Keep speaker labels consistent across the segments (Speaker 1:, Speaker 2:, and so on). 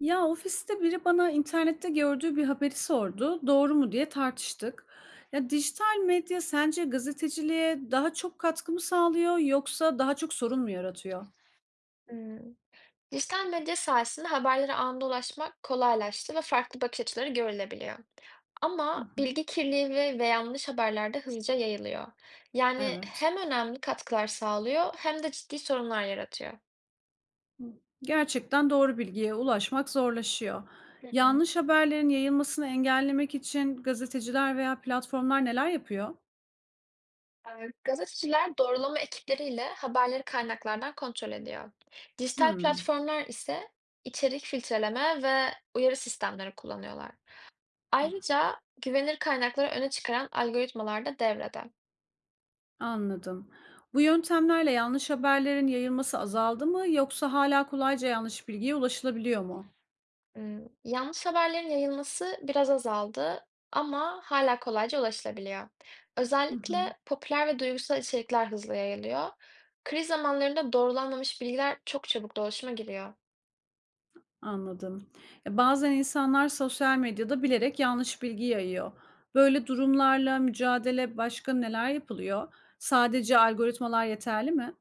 Speaker 1: Ya ofiste biri bana internette gördüğü bir haberi sordu. Doğru mu diye tartıştık. Ya dijital medya sence gazeteciliğe daha çok katkı mı sağlıyor yoksa daha çok sorun mu yaratıyor?
Speaker 2: Hımm. Dijital medya sayesinde haberlere anında ulaşmak kolaylaştı ve farklı bakış açıları görülebiliyor.
Speaker 1: Hı
Speaker 2: Ama
Speaker 1: hı.
Speaker 2: bilgi kirliliği ve yanlış haberler de hızlıca yayılıyor. Yani
Speaker 1: Evet.
Speaker 2: hem önemli katkılar sağlıyor hem de ciddi sorunlar yaratıyor.
Speaker 1: Gerçekten doğru bilgiye ulaşmak zorlaşıyor.
Speaker 2: Hı hı.
Speaker 1: Yanlış haberlerin yayılmasını engellemek için gazeteciler veya platformlar neler yapıyor?
Speaker 2: Gazeteciler doğrulama ekipleriyle haberleri kaynaklardan kontrol ediyor. Dijital
Speaker 1: Hmm,
Speaker 2: platformlar ise içerik filtreleme ve uyarı sistemleri kullanıyorlar. Ayrıca güvenilir kaynakları öne çıkaran algoritmalar da devrede.
Speaker 1: anladım. Bu yöntemlerle yanlış haberlerin yayılması azaldı mı yoksa hala kolayca yanlış bilgiye ulaşılabiliyor mu?
Speaker 2: Hmm. Yanlış haberlerin yayılması biraz azaldı ama hala kolayca ulaşılabiliyor.
Speaker 1: Hı hı,
Speaker 2: Özellikle popüler ve duygusal içerikler hızlı yayılıyor. Kriz zamanlarında doğrulanmamış bilgiler çok çabuk dolaşıma giriyor.
Speaker 1: anladım. Ya, bazen insanlar sosyal medyada bilerek yanlış bilgi yayıyor. Böyle durumlarla mücadele başka neler yapılıyor? Sadece algoritmalar yeterli mi?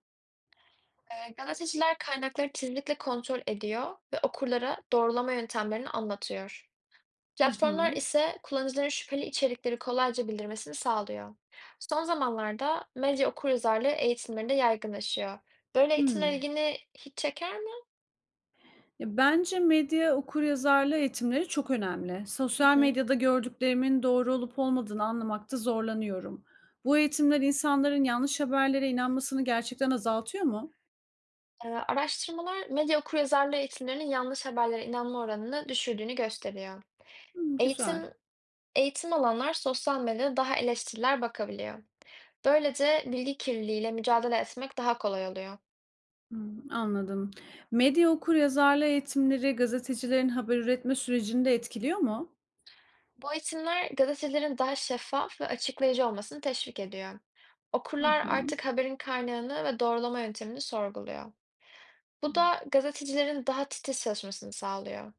Speaker 2: Gazeteciler kaynakları titizlikle kontrol ediyor ve okurlara doğrulama yöntemlerini anlatıyor.
Speaker 1: Hı
Speaker 2: Platformlar
Speaker 1: hı.
Speaker 2: ise kullanıcıların şüpheli içerikleri kolayca bildirmesini sağlıyor. Son zamanlarda medya okuryazarlığı eğitimleri de yaygınlaşıyor. Böyle eğitimler
Speaker 1: Hmm.
Speaker 2: ilgini hiç çeker mi?
Speaker 1: Ya, bence medya okuryazarlığı eğitimleri çok önemli.
Speaker 2: Hı
Speaker 1: Sosyal
Speaker 2: hı.
Speaker 1: medyada gördüklerimin doğru olup olmadığını anlamakta zorlanıyorum. Bu eğitimler insanların yanlış haberlere inanmasını gerçekten azaltıyor mu?
Speaker 2: Araştırmalar medya okuryazarlığı eğitimlerinin yanlış haberlere inanma oranını düşürdüğünü gösteriyor.
Speaker 1: Hmm, güzel.
Speaker 2: Eğitim eğitim alanlar sosyal medyada daha eleştiriler bakabiliyor. Böylece bilgi kirliliğiyle mücadele etmek daha kolay oluyor.
Speaker 1: Hımm, anladım. Medya okuryazarlığı eğitimleri gazetecilerin haber üretme sürecini de etkiliyor mu?
Speaker 2: Bu eğitimler gazetelerin daha şeffaf ve açıklayıcı olmasını teşvik ediyor.
Speaker 1: Hı
Speaker 2: Okurlar
Speaker 1: hı.
Speaker 2: artık haberin kaynağını ve doğrulama yöntemini sorguluyor. Bu da gazetecilerin daha titiz çalışmasını sağlıyor.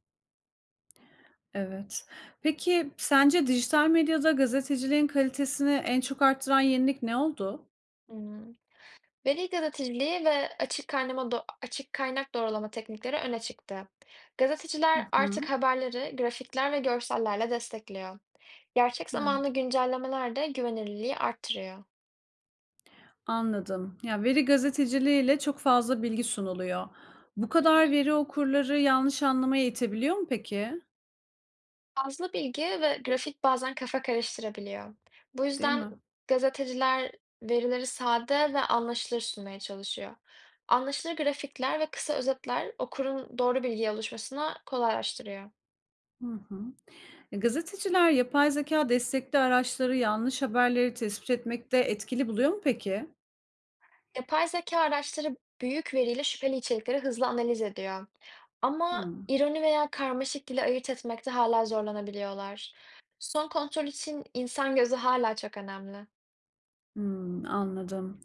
Speaker 1: Evet. Peki sence dijital medyada gazeteciliğin kalitesini en çok arttıran yenilik ne oldu?
Speaker 2: Hmm. Veri gazeteciliği ve açık kaynak doğrulama teknikleri öne çıktı.
Speaker 1: Hı
Speaker 2: Gazeteciler
Speaker 1: hı.
Speaker 2: artık haberleri grafikler ve görsellerle destekliyor. Gerçek zamanlı
Speaker 1: Evet,
Speaker 2: güncellemeler de güvenilirliği arttırıyor.
Speaker 1: anladım. Ya, veri gazeteciliğiyle çok fazla bilgi sunuluyor. Bu
Speaker 2: Hı
Speaker 1: kadar
Speaker 2: hı.
Speaker 1: veri okurları yanlış anlamaya itebiliyor mu peki?
Speaker 2: Fazla bilgi ve grafik bazen kafa karıştırabiliyor. Bu
Speaker 1: Değil
Speaker 2: yüzden
Speaker 1: mi?
Speaker 2: gazeteciler verileri sade ve anlaşılır sunmaya çalışıyor. Anlaşılır grafikler ve kısa özetler okurun doğru bilgiye ulaşmasına kolaylaştırıyor.
Speaker 1: Hı hı. Gazeteciler yapay zeka destekli araçları yanlış haberleri tespit etmekte etkili buluyor mu peki?
Speaker 2: Yapay zeka araçları büyük veriyle şüpheli içerikleri hızlı analiz ediyor. Ama
Speaker 1: Hımm.
Speaker 2: ironi veya karmaşık dili ayırt etmekte hala zorlanabiliyorlar. Son kontrol için insan gözü hala çok önemli.
Speaker 1: Hımm, anladım.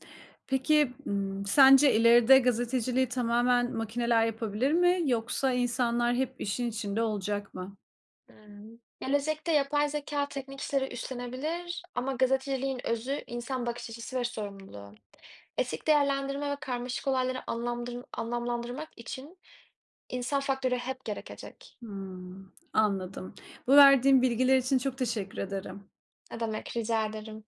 Speaker 1: Peki, sence ileride gazeteciliği tamamen makineler yapabilir mi yoksa insanlar hep işin içinde olacak mı?
Speaker 2: Hımm. Gelecekte yapay zeka teknik işleri üstlenebilir ama gazeteciliğin özü insan bakış açısı ve sorumluluğu. Etik değerlendirme ve karmaşık olayları anlamlandırmak için insan faktörü hep gerekecek.
Speaker 1: Hımm, anladım. Bu verdiğim bilgiler için çok teşekkür ederim.
Speaker 2: Ne demek, rica ederim.